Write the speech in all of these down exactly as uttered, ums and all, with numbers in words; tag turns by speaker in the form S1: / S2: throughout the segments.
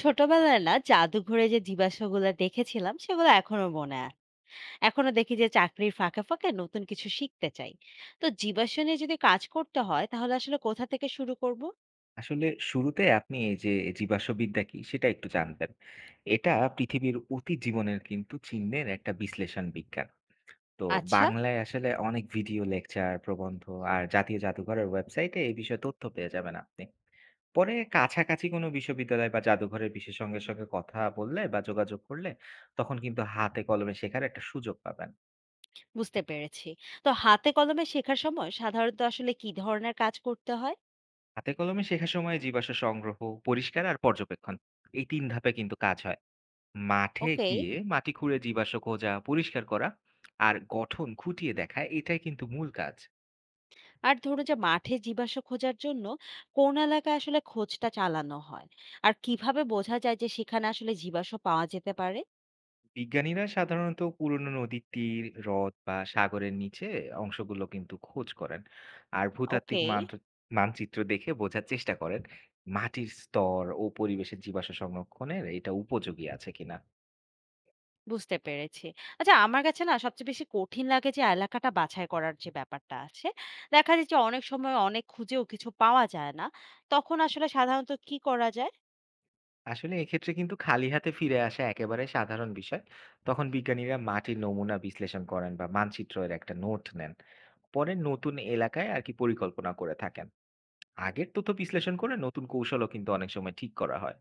S1: ছোটবেলায় না জাদুঘরে যে জীবাশ্মগুলো দেখেছিলাম সেগুলো এখনো মনে আছে। এখনো দেখি যে চাকরির ফাঁকে ফাঁকে নতুন কিছু শিখতে চাই। তো জীবাশ্ম নিয়ে যদি কাজ করতে হয় তাহলে আসলে কোথা থেকে শুরু করব?
S2: আসলে শুরুতে আপনি এই যে জীবাশ্মবিদ্যা কি সেটা একটু জানবেন। এটা পৃথিবীর অতীত জীবনের কিন্তু চিহ্নের একটা বিশ্লেষণ বিজ্ঞান। তো
S1: আচ্ছা,
S2: বাংলায় আসলে অনেক ভিডিও লেকচার প্রবন্ধ আর জাতীয় জাদুঘরের ওয়েবসাইটে এই বিষয়ে তথ্য পেয়ে যাবেন আপনি। পরে কাছাকাছি কোনো বিশ্ববিদ্যালয় বা জাদুঘরের বিশেষজ্ঞের সঙ্গে কথা বললে বা যোগাযোগ করলে তখন কিন্তু হাতে কলমে শেখার একটা সুযোগ পাবেন।
S1: বুঝতে পেরেছি। তো হাতে কলমে শেখার সময় সাধারণত আসলে কি ধরনের কাজ করতে হয়?
S2: হাতে কলমে শেখার সময় জীবাশ্ম সংগ্রহ, পরিষ্কার আর পর্যবেক্ষণ, এই তিন ধাপে কিন্তু কাজ হয়। মাঠে
S1: ওকে।
S2: গিয়ে মাটি খুঁড়ে জীবাশ্ম খোঁজা, পরিষ্কার করা আর গঠন খুঁটিয়ে দেখা এটাই কিন্তু মূল কাজ।
S1: আর ধরুন যে মাঠে জীবাশ্ম খোঁজার জন্য কোন এলাকায় আসলে খোঁজটা চালানো হয়, আর কিভাবে বোঝা যায় যে সেখানে আসলে জীবাশ্ম পাওয়া যেতে পারে?
S2: বিজ্ঞানীরা সাধারণত পুরনো নদীর তীর, হ্রদ বা সাগরের নিচে অংশগুলো কিন্তু খোঁজ করেন আর ভূতাত্ত্বিক
S1: ওকে,
S2: মানচ- মানচিত্র দেখে বোঝার চেষ্টা করেন মাটির স্তর ও পরিবেশের জীবাশ্ম সংরক্ষণের এটা উপযোগী আছে কিনা।
S1: বুঝতে পেরেছি। আচ্ছা, আমার কাছে না সবচেয়ে বেশি কঠিন লাগে যে এলাকাটা বাছাই করার যে ব্যাপারটা আছে। দেখা যায় যে অনেক সময় অনেক খুঁজেও কিছু পাওয়া যায় না। তখন আসলে সাধারণত কি করা যায়?
S2: আসলে এক্ষেত্রে কিন্তু খালি হাতে ফিরে আসা একেবারে সাধারণ বিষয়। তখন বিজ্ঞানীরা মাটির নমুনা বিশ্লেষণ করেন বা মানচিত্রের একটা নোট নেন। পরে নতুন এলাকায় আর কি পরিকল্পনা করে থাকেন, আগের তথ্য বিশ্লেষণ করে নতুন কৌশলও কিন্তু অনেক সময় ঠিক করা হয়।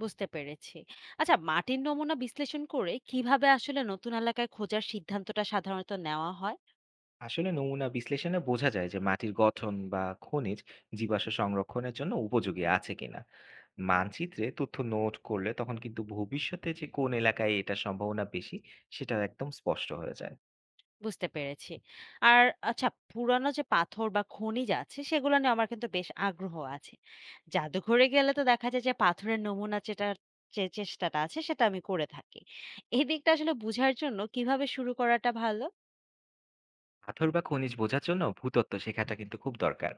S1: বুঝতে পেরেছি। আচ্ছা, মাটির নমুনা বিশ্লেষণ করে কিভাবে আসলে নতুন এলাকায় খোঁজার সিদ্ধান্তটা সাধারণত নেওয়া হয়?
S2: আসলে নমুনা বিশ্লেষণে বোঝা যায় যে মাটির গঠন বা খনিজ জীবাশ্ম সংরক্ষণের জন্য উপযোগী আছে কিনা। মানচিত্রে তথ্য নোট করলে তখন কিন্তু ভবিষ্যতে যে কোন এলাকায় এটা সম্ভাবনা বেশি সেটা একদম স্পষ্ট হয়ে যায়।
S1: বুঝতে পেরেছি। আর আচ্ছা, পুরানো যে পাথর বা খনিজ আছে সেগুলো নিয়ে আমার কিন্তু বেশ আগ্রহ আছে। জাদুঘরে গেলে তো দেখা যায় যে পাথরের নমুনা যেটার যে চেষ্টাটা আছে সেটা আমি করে থাকি। এই দিকটা আসলে বুঝার জন্য কিভাবে শুরু করাটা ভালো?
S2: পাথর বা খনিজ বোঝার জন্য ভূতত্ত্ব শেখাটা কিন্তু খুব দরকার।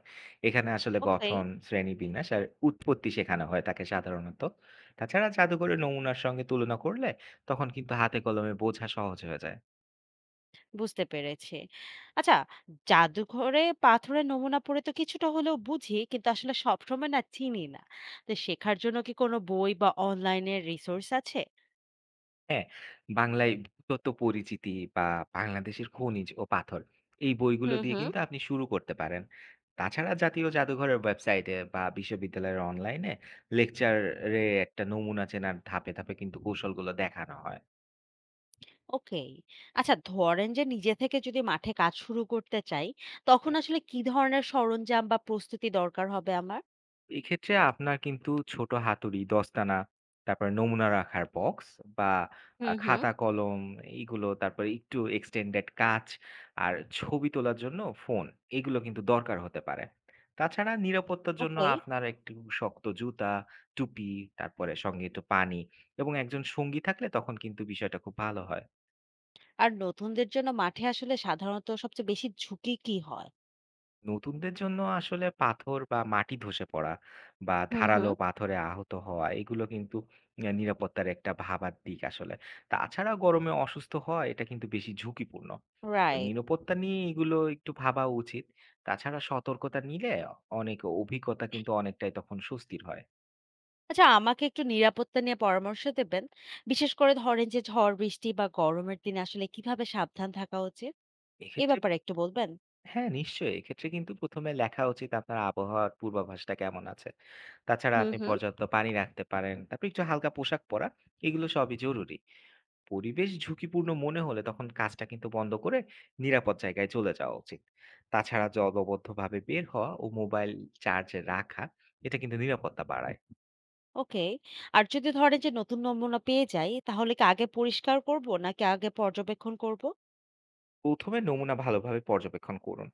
S2: এখানে আসলে
S1: ওকে,
S2: গঠন, শ্রেণীবিন্যাস আর উৎপত্তি শেখানো হয় তাকে সাধারণত। তাছাড়া জাদুঘরের নমুনার সঙ্গে তুলনা করলে তখন কিন্তু হাতে কলমে বোঝা সহজ হয়ে যায়।
S1: বুঝতে পেরেছি। আচ্ছা, জাদুঘরে পাথরের নমুনা পড়ে তো কিছুটা হলেও বুঝি কিন্তু আসলে সবসময় না চিনি না। তো শেখার জন্য কি কোনো বই বা অনলাইনের রিসোর্স আছে?
S2: হ্যাঁ, বাংলায় ভূতত্ত্ব পরিচিতি বা বাংলাদেশের খনিজ ও পাথর, এই বইগুলো
S1: হুম
S2: দিয়ে
S1: হুম।
S2: কিন্তু আপনি শুরু করতে পারেন। তাছাড়া জাতীয় জাদুঘরের ওয়েবসাইটে বা বিশ্ববিদ্যালয়ের অনলাইনে লেকচারে একটা নমুনা চেনার ধাপে ধাপে কিন্তু কৌশলগুলো দেখানো হয়।
S1: ওকে। আচ্ছা, ধরেন যে নিজে থেকে যদি মাঠে কাজ শুরু করতে চাই, তখন আসলে কি ধরনের সরঞ্জাম বা প্রস্তুতি দরকার হবে আমার?
S2: এক্ষেত্রে আপনার কিন্তু ছোট হাতুড়ি, দস্তানা, তারপর নমুনা রাখার বক্স বা আ
S1: হুম হুম।
S2: খাতা কলম এইগুলো, তারপরে একটু এক্সটেন্ডেড কাঁচ আর ছবি তোলার জন্য ফোন, এগুলো কিন্তু দরকার হতে পারে। তাছাড়া নিরাপত্তার জন্য
S1: ওকে।
S2: আপনার একটু শক্ত জুতা, টুপি, তারপরে সঙ্গে একটু পানি এবং একজন সঙ্গী থাকলে তখন কিন্তু বিষয়টা খুব ভালো হয়।
S1: আর নতুনদের জন্য মাঠে আসলে সাধারণত সবচেয়ে বেশি ঝুঁকি কি হয়?
S2: নতুনদের জন্য আসলে পাথর বা মাটি ধসে পড়া বা
S1: হুম
S2: ধারালো
S1: হুম।
S2: পাথরে আহত হওয়া এগুলো কিন্তু আহ, নিরাপত্তার একটা ভাবার দিক আসলে। তাছাড়া গরমে অসুস্থ হওয়া এটা কিন্তু বেশি ঝুঁকিপূর্ণ। তো
S1: রাইট।
S2: নিরাপত্তা নিয়ে এগুলো একটু ভাবা উচিত। তাছাড়া সতর্কতা নিলে অনেক অভিজ্ঞতা কিন্তু অনেকটাই তখন স্বস্তির হয়।
S1: আচ্ছা, আমাকে একটু নিরাপত্তা নিয়ে পরামর্শ দেবেন? বিশেষ করে ধরেন যে ঝড় বৃষ্টি বা গরমের দিনে আসলে কিভাবে সাবধান থাকা উচিত? এ
S2: এক্ষেত্রে
S1: ব্যাপারে একটু বলবেন?
S2: হ্যাঁ, নিশ্চয়ই, এক্ষেত্রে কিন্তু প্রথমে লেখা উচিত আপনার আবহাওয়ার পূর্বাভাসটা কেমন আছে। তাছাড়া
S1: হুম
S2: আপনি
S1: হুম।
S2: পর্যাপ্ত পানি রাখতে পারেন, তারপর একটু হালকা পোশাক পরা, এগুলো সবই জরুরি। পরিবেশ ঝুঁকিপূর্ণ মনে হলে তখন কাজটা কিন্তু বন্ধ করে নিরাপদ জায়গায় চলে যাওয়া উচিত। তাছাড়া দলবদ্ধভাবে বের হওয়া ও মোবাইল চার্জে রাখা এটা কিন্তু নিরাপত্তা বাড়ায়।
S1: ওকে। আর যদি ধরেন যে নতুন নমুনা পেয়ে যাই, তাহলে কি আগে পরিষ্কার করব নাকি আগে পর্যবেক্ষণ করব?
S2: প্রথমে নমুনা ভালোভাবে পর্যবেক্ষণ করুন,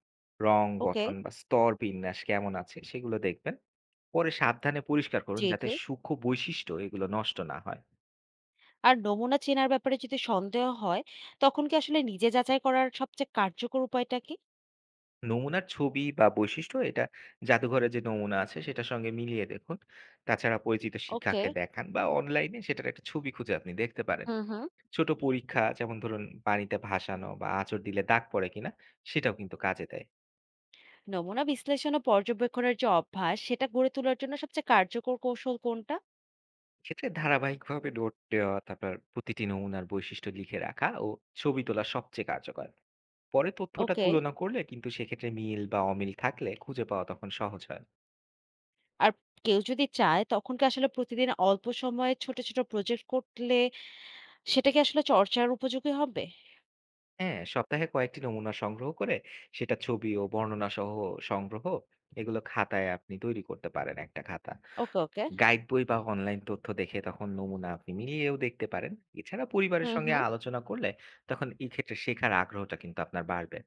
S2: রং
S1: ওকে।
S2: গঠন বা স্তর বিন্যাস কেমন আছে সেগুলো দেখবেন। পরে সাবধানে পরিষ্কার করুন
S1: জি,
S2: যাতে
S1: জি।
S2: সূক্ষ্ম বৈশিষ্ট্য এগুলো নষ্ট না হয়।
S1: আর নমুনা চেনার ব্যাপারে যদি সন্দেহ হয়, তখন কি আসলে নিজে যাচাই করার সবচেয়ে কার্যকর উপায়টা কি?
S2: নমুনার ছবি বা বৈশিষ্ট্য এটা জাদুঘরে যে নমুনা আছে সেটার সঙ্গে মিলিয়ে দেখুন। তাছাড়া পরিচিত
S1: ওকে।
S2: শিক্ষাকে দেখান বা অনলাইনে সেটার একটা ছবি খুঁজে আপনি দেখতে পারেন।
S1: হুম, হুম।
S2: ছোট পরীক্ষা যেমন ধরুন পানিতে ভাসানো বা আঁচড় দিলে দাগ পড়ে কিনা সেটাও কিন্তু কাজে দেয়।
S1: নমুনা বিশ্লেষণ ও পর্যবেক্ষণের যে অভ্যাস, সেটা গড়ে তোলার জন্য সবচেয়ে কার্যকর কৌশল কোনটা?
S2: এক্ষেত্রে ধারাবাহিকভাবে নোট দেওয়া, তারপর প্রতিটি নমুনার বৈশিষ্ট্য লিখে রাখা ও ছবি তোলা সবচেয়ে কার্যকর। পরে তথ্যটা
S1: ওকে।
S2: তুলনা করলে কিন্তু সেক্ষেত্রে মিল বা অমিল থাকলে খুঁজে পাওয়া তখন সহজ হয়।
S1: আর কেউ যদি চায়, তখন কি আসলে প্রতিদিন অল্প সময়ে ছোট, ছোট প্রজেক্ট করলে সেটা কি আসলে চর্চার উপযোগী হবে?
S2: হ্যাঁ, সপ্তাহে কয়েকটি নমুনা সংগ্রহ করে সেটা ছবি ও বর্ণনা সহ সংগ্রহ, এগুলো খাতায় আপনি তৈরি করতে পারেন একটা খাতা।
S1: ওকে, ওকে।
S2: গাইড বই বা অনলাইন তথ্য দেখে তখন নমুনা আপনি মিলিয়েও দেখতে পারেন। এছাড়া পরিবারের
S1: হুম,
S2: সঙ্গে
S1: হুম।
S2: আলোচনা করলে তখন এই ক্ষেত্রে শেখার আগ্রহটা কিন্তু আপনার বাড়বে।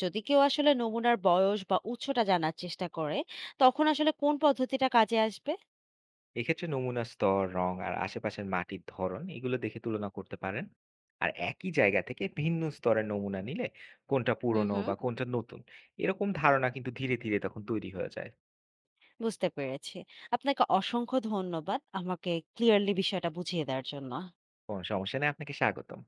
S1: যদি কেউ আসলে নমুনার বয়স বা উৎসটা জানার চেষ্টা করে তখন আসলে কোন পদ্ধতিটা কাজে আসবে?
S2: এক্ষেত্রে নমুনা স্তর, রং আর আশেপাশের মাটির ধরন এগুলো দেখে তুলনা করতে পারেন। আর একই জায়গা থেকে ভিন্ন স্তরের নমুনা নিলে কোনটা
S1: হুম
S2: পুরনো
S1: হুম।
S2: বা কোনটা নতুন এরকম ধারণা কিন্তু ধীরে ধীরে তখন তৈরি হয়ে যায়।
S1: বুঝতে পেরেছি। আপনাকে অসংখ্য ধন্যবাদ আমাকে ক্লিয়ারলি বিষয়টা বুঝিয়ে দেওয়ার জন্য।
S2: কোনো সমস্যা নেই, আপনাকে স্বাগতম।